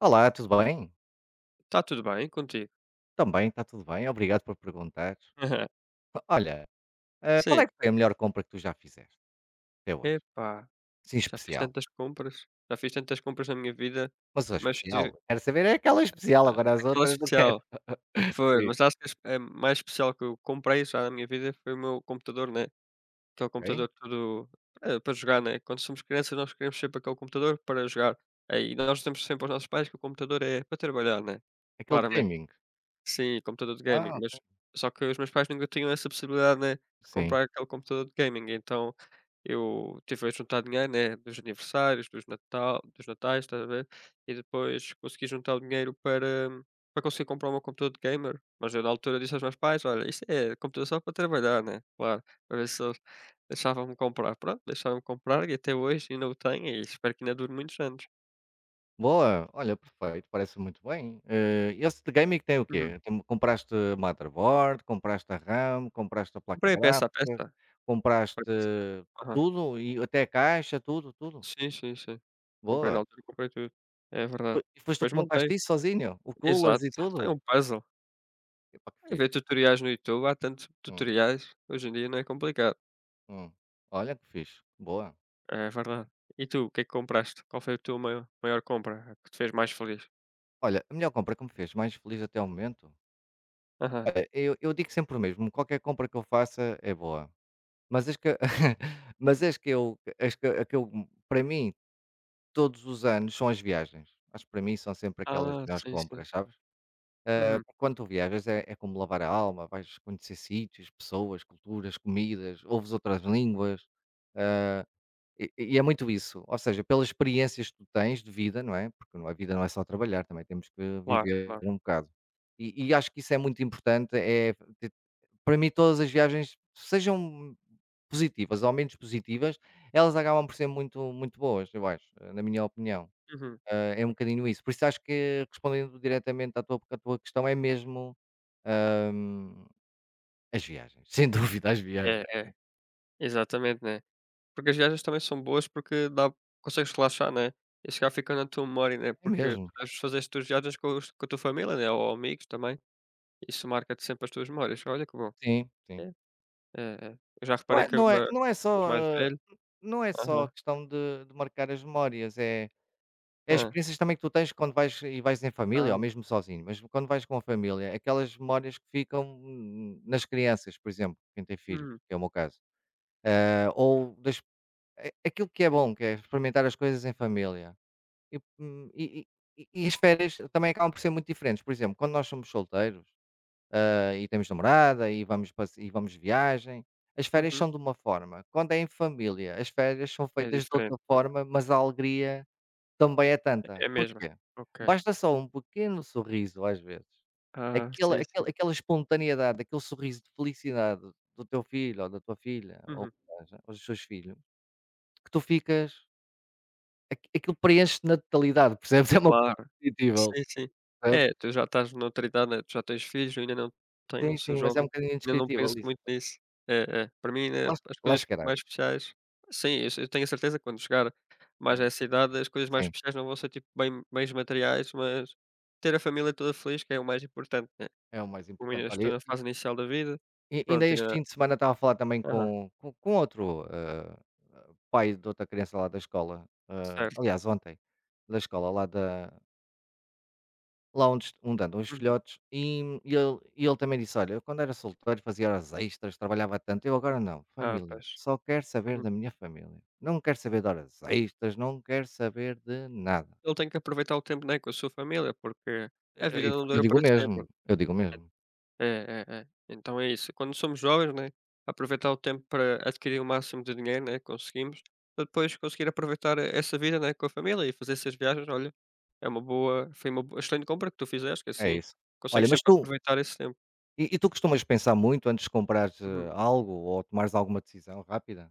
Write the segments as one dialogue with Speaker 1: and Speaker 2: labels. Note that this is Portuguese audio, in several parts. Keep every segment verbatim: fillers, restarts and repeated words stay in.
Speaker 1: Olá, tudo bem?
Speaker 2: Está tudo bem contigo?
Speaker 1: Também, está tudo bem, obrigado por perguntar.
Speaker 2: Aham.
Speaker 1: Olha, eh, qual
Speaker 2: Sim.
Speaker 1: é que foi a melhor compra que tu já fizeste até hoje?
Speaker 2: Epá,
Speaker 1: Sim,
Speaker 2: já fiz
Speaker 1: especial.
Speaker 2: tantas compras, já fiz tantas compras na minha vida,
Speaker 1: Mas a
Speaker 2: mas tive
Speaker 1: especial, quero saber é aquela especial,
Speaker 2: a
Speaker 1: agora as
Speaker 2: aquela
Speaker 1: outras não quero.
Speaker 2: especial. Foi,
Speaker 1: Sim,
Speaker 2: mas acho que as a mais especial que eu comprei já na minha vida foi o meu computador, né, aquele
Speaker 1: ok.
Speaker 2: computador todo, eh, para jogar, né, quando somos crianças nós queremos sempre aquele computador para jogar. Aí nós temos sempre aos nossos pais que o computador é para trabalhar, né,
Speaker 1: Aquele de
Speaker 2: claramente.
Speaker 1: gaming.
Speaker 2: Sim, computador de gaming,
Speaker 1: Ah, ok.
Speaker 2: mas só que os meus pais nunca tinham essa possibilidade, né, de
Speaker 1: Sim.
Speaker 2: comprar aquele computador de gaming, então eu tive a juntar dinheiro, né, dos aniversários, dos Natal dos natais, estás a ver, e depois consegui juntar o dinheiro para para conseguir comprar o computador de gamer, mas eu na altura disse aos meus pais: "Olha, isto é computador só para trabalhar, né", claro, para ver se eles deixavam-me comprar. Pronto, deixavam me comprar e até hoje ainda o tenho e espero que ainda dure muitos anos.
Speaker 1: Boa, olha, perfeito, parece muito bem. Eh, esse de gaming tem o
Speaker 2: Uhum.
Speaker 1: quê? Tem- compraste motherboard, compraste a RAM, compraste a placa
Speaker 2: Comprei peça a
Speaker 1: gráfica,
Speaker 2: peça.
Speaker 1: compraste
Speaker 2: Foi peça.
Speaker 1: tudo, e até a caixa, tudo, tudo.
Speaker 2: Sim, sim, sim. Comprei na
Speaker 1: Boa.
Speaker 2: altura, comprei tudo. É
Speaker 1: Foi,
Speaker 2: verdade.
Speaker 1: e foste tu
Speaker 2: Depois
Speaker 1: que montaste
Speaker 2: montei.
Speaker 1: isso sozinho? O coolers
Speaker 2: Exato,
Speaker 1: e tudo?
Speaker 2: exato. É um puzzle.
Speaker 1: Epá, que
Speaker 2: É ver
Speaker 1: fixe.
Speaker 2: tutoriais no YouTube, há tantos
Speaker 1: Hum,
Speaker 2: tutoriais, hoje em dia não é complicado.
Speaker 1: hum. Olha que fixe, boa.
Speaker 2: É verdade. E tu, o que é que compraste? Qual foi a tua maior maior compra, a que te fez mais feliz?
Speaker 1: Olha, a melhor compra que me fez mais feliz até o momento,
Speaker 2: Aham.
Speaker 1: olha, eu eu digo sempre o mesmo, qualquer compra que eu faça é boa, mas as que mas as que eu as que a que eu para mim, todos os anos são as viagens. Acho que para mim são sempre aquelas
Speaker 2: Ah,
Speaker 1: melhores
Speaker 2: sim, sim.
Speaker 1: compras, sabes? Eh,
Speaker 2: Uhum.
Speaker 1: porque quando tu viajas é é como lavar a alma, vais conhecer sítios, pessoas, culturas, comidas, ouves outras línguas. E e é muito isso, ou seja, pelas experiências que tu tens de vida, não é, porque não a vida não é só trabalhar, também temos que
Speaker 2: Claro,
Speaker 1: viver
Speaker 2: claro.
Speaker 1: um bocado. E e acho que isso é muito importante. É t Para mim todas as viagens, sejam positivas ou menos positivas, elas acabam por ser muito muito boas, eu acho, eh, na minha opinião.
Speaker 2: Uhum.
Speaker 1: Hã, é um bocadinho isso. Por isso acho que, respondendo diretamente à tua à tua questão, é mesmo, hã, as viagens, sem dúvida as viagens.
Speaker 2: É, é. Exatamente, né. Porque as viagens também são boas porque dá consegues relaxar, né, e se calhar fica na tua memória, né,
Speaker 1: É
Speaker 2: porque
Speaker 1: mesmo.
Speaker 2: tu deves fazer as tuas viagens com os com a tua família, né, ou amigos também. Isso marca-te sempre as tuas memórias. Olha que bom.
Speaker 1: Sim,
Speaker 2: É,
Speaker 1: sim.
Speaker 2: é, é. Eu já
Speaker 1: Não
Speaker 2: reparei
Speaker 1: é
Speaker 2: que
Speaker 1: não é
Speaker 2: agora
Speaker 1: não é
Speaker 2: és
Speaker 1: só,
Speaker 2: mais
Speaker 1: hã,
Speaker 2: velho.
Speaker 1: não é só a
Speaker 2: Aham.
Speaker 1: questão de de marcar as memórias, é é as
Speaker 2: Hã.
Speaker 1: experiências também que tu tens quando vais e vais em família
Speaker 2: Ah,
Speaker 1: ou mesmo sozinho, mas quando vais com a família, aquelas memórias que ficam, hum, nas crianças, por exemplo, quem tem filhos,
Speaker 2: hum,
Speaker 1: que é o meu caso, hã, ou das a aquilo que é bom, que é experimentar as coisas em família. E, hum, e e e e as férias também acabam por ser muito diferentes. Por exemplo, quando nós somos solteiros ah, e temos namorada e vamos, passe- e vamos de viagem. As férias
Speaker 2: uhum.
Speaker 1: são de uma forma. Quando é em família, as férias são
Speaker 2: É
Speaker 1: feitas de outra
Speaker 2: diferente, né.
Speaker 1: forma, mas a alegria também é
Speaker 2: É
Speaker 1: tanta.
Speaker 2: a mesma.
Speaker 1: Porquê?
Speaker 2: Ok.
Speaker 1: Basta só um pequeno sorriso, às vezes.
Speaker 2: Ah,
Speaker 1: Aquela,
Speaker 2: sim, sim.
Speaker 1: aquela, aquela espontaneidade, aquele sorriso de felicidade do teu filho ou da tua filha, ou
Speaker 2: Uhum.
Speaker 1: seja, ou dos teus filhos, que tu ficas. aqu- Aquilo preenche na totalidade, percebes? É uma coisa
Speaker 2: Claro.
Speaker 1: indescritível,
Speaker 2: Sim, sim.
Speaker 1: percebes?
Speaker 2: É, tu já estás noutra idade, né, tu já tens filhos, eu ainda não tenho,
Speaker 1: Sim,
Speaker 2: sou
Speaker 1: sim, mas é um
Speaker 2: jovem,
Speaker 1: bocadinho
Speaker 2: ainda não
Speaker 1: indescritível
Speaker 2: penso
Speaker 1: isso.
Speaker 2: muito nisso. É, é, para mim, né,
Speaker 1: Lá,
Speaker 2: as
Speaker 1: lá
Speaker 2: coisas
Speaker 1: chegarás.
Speaker 2: mais especiais sim, eu eu tenho a certeza que quando chegar mais a
Speaker 1: Sim,
Speaker 2: essa idade, as coisas mais
Speaker 1: sim.
Speaker 2: especiais não vão ser, tipo, bem bens materiais, mas ter a família toda feliz, que é o mais importante, né.
Speaker 1: É o mais
Speaker 2: Como
Speaker 1: importante.
Speaker 2: ainda estou
Speaker 1: Olha,
Speaker 2: na
Speaker 1: e
Speaker 2: fase inicial da vida,
Speaker 1: e ainda
Speaker 2: pronto,
Speaker 1: este
Speaker 2: ainda
Speaker 1: fim de semana estava a falar também
Speaker 2: aham,
Speaker 1: com com com outro, ah, pai de outra criança lá da escola, ah,
Speaker 2: certo.
Speaker 1: aliás ontem, da escola lá da lá onde est- onde andam os
Speaker 2: Uhum.
Speaker 1: filhotes, e e ele e ele também disse: "Olha, eu quando era solteiro fazia horas extras, trabalhava tanto, eu agora não,
Speaker 2: Ah,
Speaker 1: família,
Speaker 2: pois.
Speaker 1: só quero saber
Speaker 2: Uhum.
Speaker 1: da minha família, não quero saber de horas extras, não quero saber de nada".
Speaker 2: Então tenho que aproveitar o tempo, né, com a sua família, porque a
Speaker 1: Eh,
Speaker 2: vida
Speaker 1: eu
Speaker 2: não
Speaker 1: eu
Speaker 2: dura
Speaker 1: digo
Speaker 2: para
Speaker 1: o mesmo,
Speaker 2: sempre.
Speaker 1: eu digo o mesmo.
Speaker 2: É, é, é. Então é isso. Quando somos jovens, né, aproveitar o tempo para adquirir o máximo de dinheiro, né, conseguimos, para depois conseguir aproveitar essa vida, né, com a família e fazer essas viagens. Olha, é uma boa, foi uma bo- excelente compra que tu fizeste, que
Speaker 1: É
Speaker 2: assim
Speaker 1: isso. Olha,
Speaker 2: consegues
Speaker 1: mas
Speaker 2: sempre
Speaker 1: tu
Speaker 2: aproveitar esse tempo.
Speaker 1: E e tu costumas pensar muito antes de comprares, eh,
Speaker 2: Uhum.
Speaker 1: algo ou tomares alguma decisão rápida?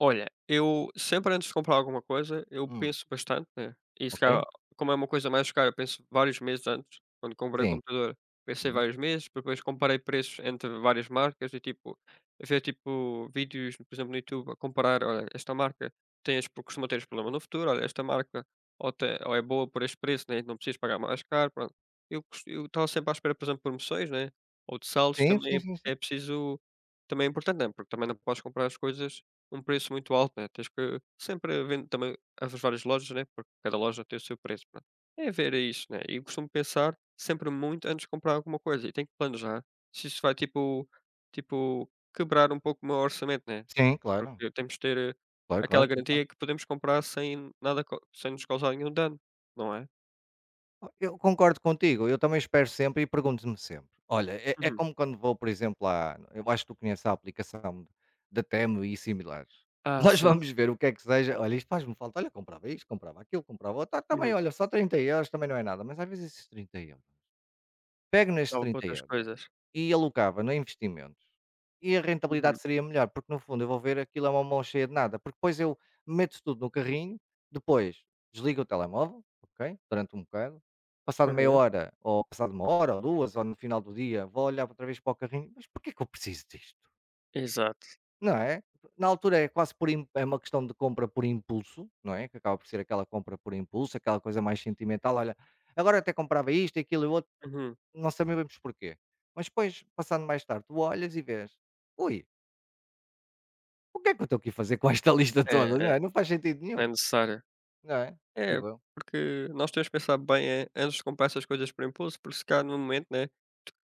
Speaker 2: Olha, eu sempre antes de comprar alguma coisa, eu
Speaker 1: Hum,
Speaker 2: penso bastante, né, e se
Speaker 1: ok.
Speaker 2: calhar, como é uma coisa mais cara, eu penso vários meses antes. Quando comprei o
Speaker 1: Sim.
Speaker 2: computador, pensei
Speaker 1: Uhum.
Speaker 2: vários meses, depois comparei preços entre várias marcas e, tipo, ver, tipo, vídeos, por exemplo, no YouTube, a comparar, olha, esta marca tem este porque costuma ter este problema no futuro, olha, esta marca ou, te- ou é boa por este preço, né, não precisas pagar mais caro, pronto. Eu cos- eu estava sempre à espera, por exemplo, de promoções, né, ou de saldos,
Speaker 1: Sim,
Speaker 2: também
Speaker 1: sim,
Speaker 2: é
Speaker 1: sim, sim.
Speaker 2: é preciso, também é importante, né, porque também não podes comprar as coisas um preço muito alto, né, tens que sempre vendo também as várias lojas, né, porque cada loja tem o seu preço, pronto. É ver é isso, né, e costumo pensar sempre muito antes de comprar alguma coisa e tenho que planejar se isso vai, tipo tipo, quebrar um pouco o meu orçamento, né,
Speaker 1: Sim, claro.
Speaker 2: porque temos de ter, eh,
Speaker 1: Claro,
Speaker 2: aquela
Speaker 1: claro, claro.
Speaker 2: garantia que podemos comprar sem nada co sem nos causar nenhum dano, não é?
Speaker 1: Oh, eu concordo contigo, eu também espero sempre e pergunto-me sempre. Olha, é é
Speaker 2: Uhum.
Speaker 1: como quando vou, por exemplo, lá. Eu acho que tu conheces a aplicação da Temu e similares.
Speaker 2: Ah,
Speaker 1: Nós
Speaker 2: sim, sim.
Speaker 1: vamos ver o que é que seja, olha, isto faz-me falta, olha, comprava isto, comprava aquilo, comprava outro, ah, também,
Speaker 2: Uhum.
Speaker 1: olha, só trinta euros, também não é nada, mas às vezes esses trinta euros, pego nestes
Speaker 2: Dava para
Speaker 1: trinta
Speaker 2: outras
Speaker 1: euros
Speaker 2: coisas.
Speaker 1: e alocava no investimento. E a
Speaker 2: Uhum.
Speaker 1: rentabilidade seria melhor, porque no fundo eu vou ver aquilo, é uma mão cheia de nada, porque depois eu meto tudo no carrinho, depois desligo o telemóvel, ok? Durante um bocado, passado meia
Speaker 2: Aham.
Speaker 1: hora, ou passado uma hora, ou duas, ou no final do dia, vou olhar outra vez para o carrinho, mas porquê que eu preciso disto?
Speaker 2: Exato.
Speaker 1: Não é? Na altura é quase por im- é uma questão de compra por impulso, não é? Que acaba por ser aquela compra por impulso, aquela coisa mais sentimental, olha, agora até comprava isto, aquilo e outro,
Speaker 2: Uhum.
Speaker 1: não sabemos porquê. Mas depois, passando mais tarde, tu olhas e vês, ui, o que é que eu estou aqui a fazer com esta lista
Speaker 2: É,
Speaker 1: toda, não
Speaker 2: é,
Speaker 1: é? Não faz sentido
Speaker 2: não
Speaker 1: nenhum,
Speaker 2: é necessário.
Speaker 1: não é?
Speaker 2: É,
Speaker 1: Digo eu.
Speaker 2: porque nós temos que pensar bem eh, antes de comprar essas coisas por impulso, porque se calhar no momento, né?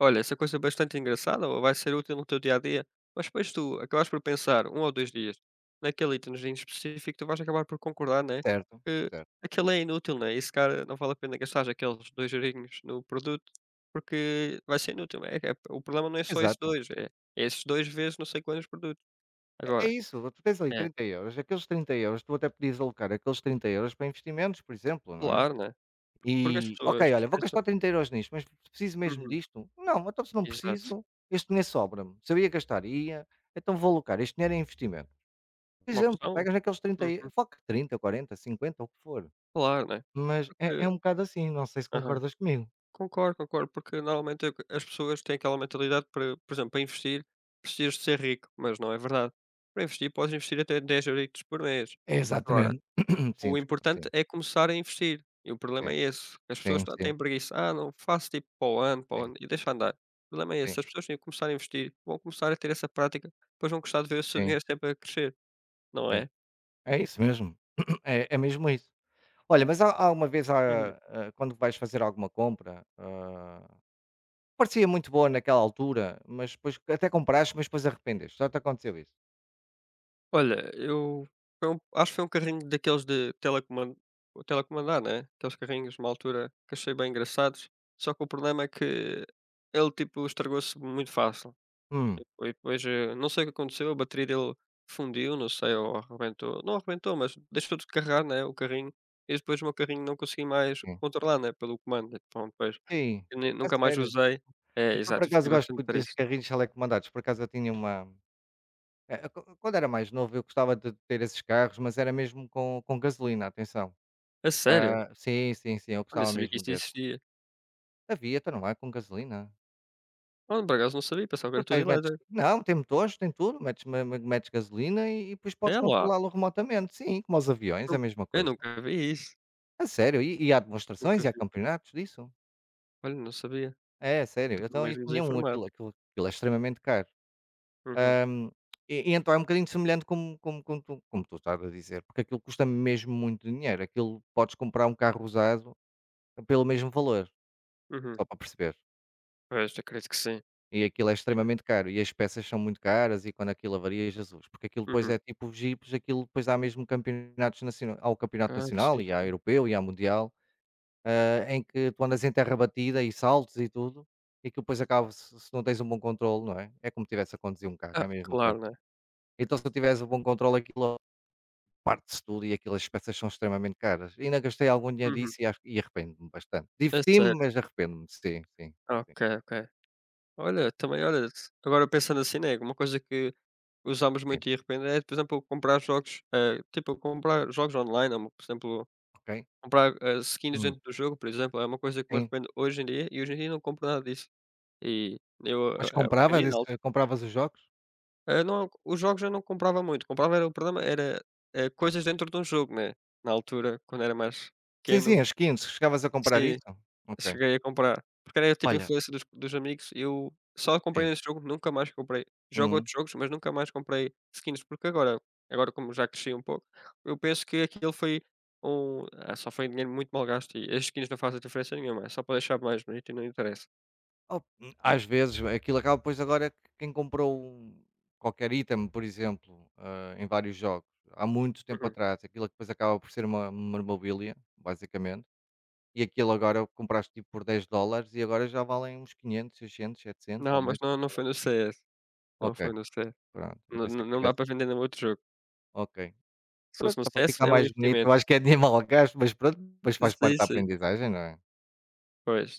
Speaker 2: Olha, essa coisa é bastante engraçada ou vai ser útil no teu dia a dia, mas depois tu acabas por pensar um ou dois dias naquele itemzinho específico, tu vais acabar por concordar, né?
Speaker 1: Certo,
Speaker 2: Que
Speaker 1: certo.
Speaker 2: aquele é inútil, né? E se calhar não vale a pena gastar aqueles dois eurinhos no produto, porque vai ser inútil, né. É, o problema não é só esses
Speaker 1: Exato.
Speaker 2: dois, é, é esses dois vezes não sei quantos produtos.
Speaker 1: É é
Speaker 2: Agora,
Speaker 1: isso, tu tens ali
Speaker 2: é
Speaker 1: trinta euros, aqueles trinta euros, tu até podias alocar aqueles trinta euros para investimentos, por exemplo, não é?
Speaker 2: claro, né? Porque as
Speaker 1: E,
Speaker 2: pessoas
Speaker 1: ok, olha, vou
Speaker 2: pensam.
Speaker 1: gastar trinta euros nisto, mas preciso mesmo
Speaker 2: Uhum,
Speaker 1: disto? Não, então se não
Speaker 2: exato.
Speaker 1: preciso, este dinheiro sobra-me. Se eu gastar, ia, então vou alocar este dinheiro em investimento. Por
Speaker 2: Uma
Speaker 1: exemplo,
Speaker 2: opção?
Speaker 1: pegas naqueles
Speaker 2: Uhum.
Speaker 1: trinta euros€, foca trinta, quarenta, cinquenta, o que for.
Speaker 2: Claro, né,
Speaker 1: Mas é
Speaker 2: porque
Speaker 1: é um bocado assim, não sei se
Speaker 2: aham.
Speaker 1: concordas comigo.
Speaker 2: Concordo, concordo, porque normalmente eu as pessoas têm aquela mentalidade para, por exemplo, para investir, precisas de ser rico, mas não é verdade. Para investir, podes investir até dez euros por mês. Agora,
Speaker 1: Exatamente. Sim,
Speaker 2: o
Speaker 1: desculpa. Sim,
Speaker 2: importante é começar a investir, e o problema é esse. As pessoas
Speaker 1: sim,
Speaker 2: ta
Speaker 1: sim,
Speaker 2: têm preguiça: "Ah, não, faço tipo para o ano, para o
Speaker 1: sim,
Speaker 2: ano", e deixa andar. O problema é
Speaker 1: sim, sim,
Speaker 2: esse, as pessoas têm que começar a investir, vão começar a ter essa prática, depois vão gostar de ver o seu
Speaker 1: sim,
Speaker 2: dinheiro sempre a crescer, não
Speaker 1: sim.
Speaker 2: é?
Speaker 1: É isso mesmo. É é mesmo isso. Olha, mas há há uma vez,
Speaker 2: Uhum.
Speaker 1: há hã, quando vais fazer alguma compra, hã, parecia muito boa naquela altura, mas depois até compraste, mas depois arrependeste. Já te aconteceu isso?
Speaker 2: Olha, eu foi um acho que foi um carrinho daqueles de telecoman telecomandar, né, aqueles carrinhos uma altura que achei bem engraçados, só que o problema é que ele, tipo, estragou-se muito fácil. E
Speaker 1: Hum,
Speaker 2: depo depois, eh, não sei o que aconteceu, a bateria dele fundiu, não sei, ou arrebentou não arrebentou, mas deixou de carregar, né, o carrinho, e depois o meu carrinho não consegui mais
Speaker 1: sim.
Speaker 2: controlar, né, pelo comando. Então depois
Speaker 1: Sim,
Speaker 2: eu nem
Speaker 1: a
Speaker 2: nunca mais
Speaker 1: sério.
Speaker 2: usei. É,
Speaker 1: Eu por
Speaker 2: exato, eu
Speaker 1: acaso
Speaker 2: fiquei
Speaker 1: gosto
Speaker 2: bastante
Speaker 1: muito desses
Speaker 2: triste.
Speaker 1: carrinhos telecomandados. Por acaso eu tinha uma eh, quan quando era mais novo, eu gostava de ter esses carros, mas era mesmo com com gasolina, atenção.
Speaker 2: A sério?
Speaker 1: Ah, sim, sim, sim, eu
Speaker 2: Eu nem
Speaker 1: gostava
Speaker 2: sabia que
Speaker 1: mesmo
Speaker 2: isso
Speaker 1: desses.
Speaker 2: existia.
Speaker 1: Havia, então não é com gasolina.
Speaker 2: Olha, por acaso não sabia, pensava que
Speaker 1: Tu
Speaker 2: era tudo
Speaker 1: tens metes
Speaker 2: elétrico.
Speaker 1: não, tem motores, tem tudo, metes me me metes gasolina e e depois podes
Speaker 2: É lá,
Speaker 1: controlá-lo remotamente. Sim, como os aviões, é
Speaker 2: nu
Speaker 1: a mesma
Speaker 2: eu
Speaker 1: coisa.
Speaker 2: nunca vi isso,
Speaker 1: A sério, e e há
Speaker 2: nunca
Speaker 1: demonstrações e há
Speaker 2: vi.
Speaker 1: campeonatos disso.
Speaker 2: Olha, não sabia,
Speaker 1: É, a sério,
Speaker 2: estou
Speaker 1: então eu
Speaker 2: mesmo
Speaker 1: tinha um,
Speaker 2: desinformado.
Speaker 1: aquilo aquilo aquilo é extremamente caro.
Speaker 2: Uhum,
Speaker 1: Hum, e e então é um bocadinho semelhante como como como tu como tu estás a dizer, porque aquilo custa mesmo muito dinheiro, aquilo podes comprar um carro usado pelo mesmo valor,
Speaker 2: uhum.
Speaker 1: só para perceber.
Speaker 2: Pois, acredito que sim.
Speaker 1: E aquilo é
Speaker 2: É.
Speaker 1: extremamente caro, e as peças são muito caras, e quando aquilo avaria, Jesus, porque aquilo depois
Speaker 2: Uhum.
Speaker 1: é tipo os jipes, aquilo depois há mesmo campeonatos naciona há o campeonato
Speaker 2: Ah,
Speaker 1: nacional,
Speaker 2: sim,
Speaker 1: e há
Speaker 2: sim.
Speaker 1: europeu e há mundial, hã, em que tu andas em terra batida e saltos e tudo, e que depois acaba se se não tens um bom controle, não é? É como tivesse a conduzir um carro, é
Speaker 2: Ah,
Speaker 1: a mesma coisa.
Speaker 2: claro, né.
Speaker 1: Então se eu tivesse um bom controle, aquilo parte-se tudo, e aquelas peças são extremamente caras. E ainda gastei algum dinheiro
Speaker 2: Uhum.
Speaker 1: disso e acho e arrependo-me bastante.
Speaker 2: É
Speaker 1: Diverti-me,
Speaker 2: sério?
Speaker 1: mas arrependo-me. Sim, sim,
Speaker 2: Ah,
Speaker 1: sim,
Speaker 2: ok, ok. Olha, também olha, s agora pensando assim, né, uma coisa que usamos
Speaker 1: sim.
Speaker 2: muito e arrependo é, por exemplo, comprar jogos, eh, tipo, comprar jogos online ou, por exemplo,
Speaker 1: Ok?
Speaker 2: comprar, eh, skins
Speaker 1: Hum.
Speaker 2: dentro do jogo, por exemplo, é uma coisa que me
Speaker 1: Sim.
Speaker 2: arrependo hoje em dia e hoje em dia não compro nada disso. E eu,
Speaker 1: Mas
Speaker 2: eh,
Speaker 1: compravas
Speaker 2: aprendi na.
Speaker 1: esse eh, compravas os jogos?
Speaker 2: Eh, não, os jogos eu não comprava muito, comprava era o problema era, eh, coisas dentro de um jogo, né, na altura, quando era mais
Speaker 1: Sim,
Speaker 2: pequeno
Speaker 1: sim, as skins. Chegavas a comprar
Speaker 2: sim,
Speaker 1: isso? Ok.
Speaker 2: cheguei a comprar. Porque era tipo a
Speaker 1: Olha,
Speaker 2: influência dos dos amigos e eu só comprei
Speaker 1: sim.
Speaker 2: nesse jogo, nunca mais comprei. Jogo
Speaker 1: Uhum.
Speaker 2: outros jogos, mas nunca mais comprei skins, porque agora agora como já cresci um pouco, eu penso que aquilo foi um ah, só foi um dinheiro muito mal gasto e as skins não fazem diferença nenhuma, é só para deixar mais bonito e não interessa.
Speaker 1: Op Às vezes aquilo acaba, pois agora que quem comprou um- qualquer item, por exemplo, hã, em vários jogos, há muito tempo
Speaker 2: Uhum.
Speaker 1: atrás, aquilo é que depois acaba por ser uma memorabilia, basicamente, e aquilo agora compraste tipo por dez dólares e agora já valem uns quinhentos, seiscentos, setecentos
Speaker 2: Não,
Speaker 1: ou
Speaker 2: mas
Speaker 1: mais.
Speaker 2: não não foi no C S, não
Speaker 1: Ok,
Speaker 2: foi no C S.
Speaker 1: pronto, eu
Speaker 2: Não
Speaker 1: pensei
Speaker 2: não
Speaker 1: que
Speaker 2: não dá
Speaker 1: tivesse,
Speaker 2: para vender no outro jogo.
Speaker 1: ok.
Speaker 2: Se fosse
Speaker 1: Pronto,
Speaker 2: no
Speaker 1: só para
Speaker 2: C S
Speaker 1: ficar
Speaker 2: é um
Speaker 1: mais bonito, eu
Speaker 2: investimento.
Speaker 1: acho que é de mau gasto, mas pronto, depois faz parte
Speaker 2: Sim,
Speaker 1: da
Speaker 2: sim.
Speaker 1: aprendizagem, não é?
Speaker 2: Pois,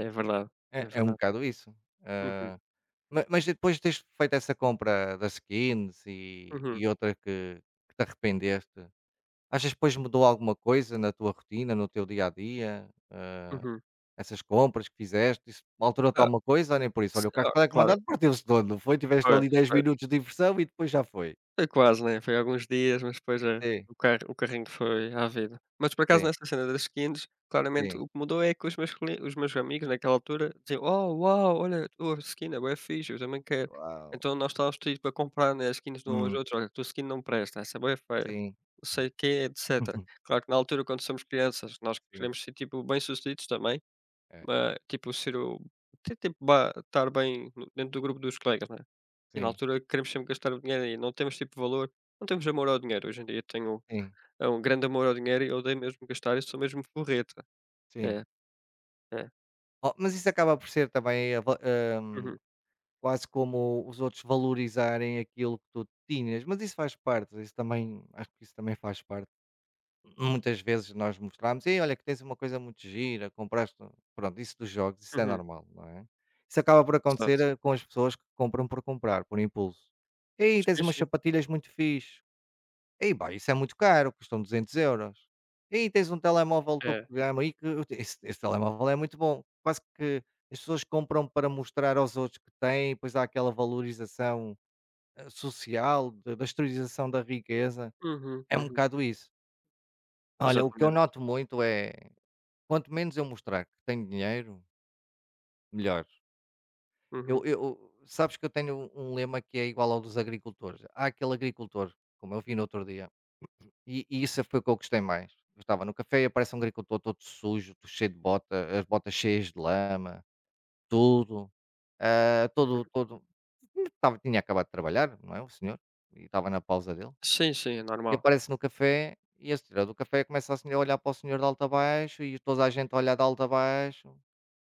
Speaker 2: é verdade, é
Speaker 1: É é um
Speaker 2: verdade.
Speaker 1: bocado isso.
Speaker 2: Uhum,
Speaker 1: Ah, ma mas depois de teres feito essa compra da skins e
Speaker 2: uhum,
Speaker 1: e outra que que te arrependeste, achas que depois mudou alguma coisa na tua rotina, no teu dia a dia? Ah,
Speaker 2: uhum.
Speaker 1: essas compras que fizeste, isso alterou-te
Speaker 2: Ah,
Speaker 1: alguma coisa ou nem por isso?
Speaker 2: s
Speaker 1: Olha, o carro
Speaker 2: ah,
Speaker 1: estava
Speaker 2: claro.
Speaker 1: comandado, partiu-se todo, não foi? Tiveste
Speaker 2: Pois,
Speaker 1: ali dez
Speaker 2: pois.
Speaker 1: minutos de diversão e depois já foi.
Speaker 2: Foi quase, né, foi alguns dias, mas depois, eh,
Speaker 1: Sim,
Speaker 2: o carro o carrinho foi à vida. Mas por acaso
Speaker 1: sim,
Speaker 2: nessa cena das skins, claramente
Speaker 1: sim.
Speaker 2: o que mudou é que os meus cole os meus amigos naquela altura diziam: "Oh, uau, olha, a tua skin é bué fixe, eu também quero".
Speaker 1: Uau!
Speaker 2: Então nós estávamos todos para comprar, né, as skins de um aos
Speaker 1: Hum,
Speaker 2: outros: "Olha, a tua skin não presta, essa é bué feia".
Speaker 1: sim.
Speaker 2: Não sei o quê, etcétera. Claro que na altura, quando somos crianças, nós
Speaker 1: Sim.
Speaker 2: queremos ser, tipo, bem-sucedidos também,
Speaker 1: É,
Speaker 2: mas tipo, ser o ter tipo ba estar bem no dentro do grupo dos colegas, né. E na
Speaker 1: sim,
Speaker 2: altura queremos sempre gastar o dinheiro e não temos, tipo, valor não temos amor ao dinheiro. Hoje em dia tenho,
Speaker 1: sim,
Speaker 2: eh, um grande amor ao dinheiro e eu odeio mesmo gastar e sou mesmo forreta.
Speaker 1: sim.
Speaker 2: É, é.
Speaker 1: Oh, mas isso acaba por ser também a va- hum,
Speaker 2: Uhum,
Speaker 1: quase como os outros valorizarem aquilo que tu tinhas, mas isso faz parte, isso também, acho que isso também faz parte. Muitas vezes nós mostramos: "Ei, olha que tens uma coisa muito gira, compraste, um-". Pronto, isso dos jogos, isso é
Speaker 2: uhum.
Speaker 1: normal, não é? Isso acaba por acontecer
Speaker 2: Exato.
Speaker 1: eh, com as pessoas que compram por comprar, por impulso. Ei, tens
Speaker 2: Sim,
Speaker 1: umas
Speaker 2: sim.
Speaker 1: sapatilhas muito fixe. Ei, pá, isso é muito caro, custam duzentos euros. E tens um telemóvel topo
Speaker 2: É.
Speaker 1: de gama aí, que esse esse telemóvel é muito bom. Quase que as pessoas compram para mostrar aos outros que têm, pois há aquela valorização, eh, social, da da exteriorização da riqueza,
Speaker 2: Uhum,
Speaker 1: é um
Speaker 2: uhum.
Speaker 1: bocado isso. Olha, o que eu
Speaker 2: Exatamente.
Speaker 1: noto muito é, quanto menos eu mostrar que tenho dinheiro, melhor. Eu
Speaker 2: Uhum,
Speaker 1: eu sabes que eu tenho um um lema que é igual ao dos agricultores. Há aquele agricultor, como eu vi no outro dia. E e isso foi o que eu gostei mais. Eu estava no café e aparece um agricultor todo sujo, todo cheio de bota, as botas cheias de lama, tudo, ah,
Speaker 2: uhum.
Speaker 1: todo todo estava tinha acabado de trabalhar, não é, o senhor, e estava na pausa dele,
Speaker 2: Sim, sim, é
Speaker 1: e
Speaker 2: normal.
Speaker 1: aparece no café, e a senhora do café começa a senhora a olhar para o senhor de alto a baixo, e toda a gente a olhar de alto a baixo,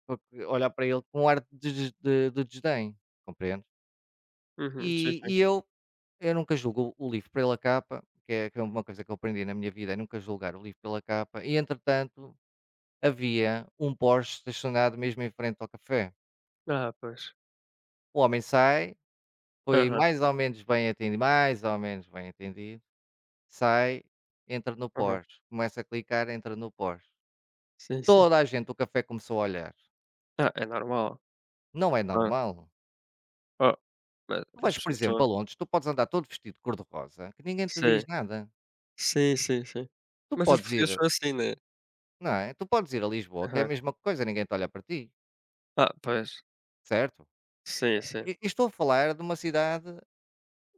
Speaker 1: porque olhar para ele com um ar de des- de de desdém, compreende?
Speaker 2: Uhum, sim,
Speaker 1: E
Speaker 2: sim.
Speaker 1: e eu eu nunca julgo o livro pela capa, que é que é uma coisa que eu aprendi na minha vida, é nunca julgar o livro pela capa, e entretanto havia um Porsche estacionado mesmo em frente ao café.
Speaker 2: Ah, pois.
Speaker 1: O homem sai, foi
Speaker 2: Aham,
Speaker 1: mais ou menos bem atendi mais ou menos bem atendido, sai, entra no
Speaker 2: aham.
Speaker 1: Porsche, começa a clicar, entra no Porsche.
Speaker 2: Sim, sim.
Speaker 1: Toda a gente do café começou a olhar.
Speaker 2: Ah, é normal,
Speaker 1: Não é
Speaker 2: claro.
Speaker 1: normal.
Speaker 2: Oh, mas
Speaker 1: Tu
Speaker 2: as
Speaker 1: vais, por
Speaker 2: pessoas
Speaker 1: exemplo,
Speaker 2: são
Speaker 1: a Londres, tu podes andar todo vestido de cor-de-rosa, que ninguém te diz
Speaker 2: sim,
Speaker 1: nada.
Speaker 2: sim, sim, sim.
Speaker 1: Tu
Speaker 2: Mas os
Speaker 1: podes
Speaker 2: portugueses
Speaker 1: ir
Speaker 2: são assim, né.
Speaker 1: Não é? Tu podes ir a Lisboa, que é
Speaker 2: Aham.
Speaker 1: a mesma coisa, ninguém te olha para ti,
Speaker 2: Ah, pois.
Speaker 1: certo?
Speaker 2: Sim, sim.
Speaker 1: E e estou a falar de uma cidade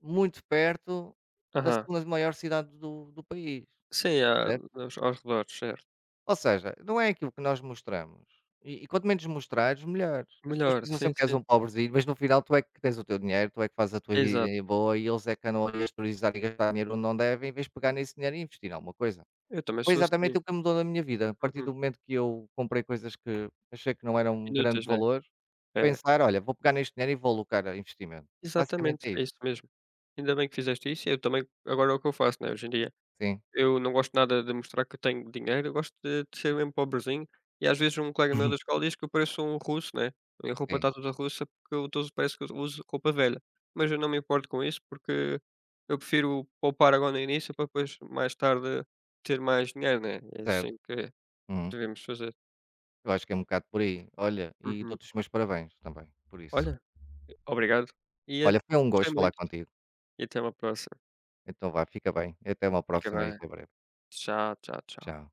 Speaker 1: muito perto da
Speaker 2: Aham.
Speaker 1: segunda maior cidade do do país,
Speaker 2: Sim, há
Speaker 1: certo?
Speaker 2: aos aos redores, certo.
Speaker 1: Ou seja, não é aquilo que nós mostramos, e e quanto menos mostrares, melhor. As pessoas
Speaker 2: Melhor,
Speaker 1: pensam
Speaker 2: sim,
Speaker 1: sempre que és
Speaker 2: sim.
Speaker 1: um pobrezinho, mas no final tu é que tens o teu dinheiro, tu é que fazes a tua
Speaker 2: Exato.
Speaker 1: vida boa, e eles é que andam a gastar e gastar dinheiro onde não devem, em vez de pegar nesse dinheiro e investir em alguma coisa.
Speaker 2: Eu também
Speaker 1: Foi
Speaker 2: sou assim.
Speaker 1: exatamente o que mudou na minha vida. A partir
Speaker 2: Uhum.
Speaker 1: do momento que eu comprei coisas que achei que não eram um grande
Speaker 2: Inúteis, né.
Speaker 1: valor,
Speaker 2: É.
Speaker 1: pensar: "Olha, vou pegar neste dinheiro e vou alocar a investimento". Basicamente
Speaker 2: Exatamente,
Speaker 1: é
Speaker 2: é
Speaker 1: isso.
Speaker 2: isso mesmo. Ainda bem que fizeste isso e eu também agora é o que eu faço, né, hoje em dia.
Speaker 1: Sim.
Speaker 2: Eu não gosto nada de mostrar que eu tenho dinheiro, eu gosto de de ser mesmo pobrezinho, e às vezes um colega meu
Speaker 1: Uhum.
Speaker 2: da escola diz que eu pareço um russo, né, a minha roupa
Speaker 1: Sim,
Speaker 2: está toda russa porque eu tô parece que eu uso roupa velha, mas eu não me importo com isso, porque eu prefiro poupar agora no início para depois mais tarde ter mais dinheiro, né, é
Speaker 1: certo.
Speaker 2: assim que
Speaker 1: Uhum.
Speaker 2: devemos fazer.
Speaker 1: Eu acho que é um bocado por aí. Olha, e
Speaker 2: Uhum.
Speaker 1: dou-te os meus parabéns também, por isso.
Speaker 2: Olha, obrigado, e a
Speaker 1: Olha, foi um
Speaker 2: gostei
Speaker 1: gosto falar
Speaker 2: muito,
Speaker 1: contigo.
Speaker 2: e até uma próxima.
Speaker 1: Então vá, fica bem. Até uma
Speaker 2: Fica
Speaker 1: próxima e
Speaker 2: bem.
Speaker 1: até breve.
Speaker 2: Tchau, tchau, tchau.
Speaker 1: Tchau.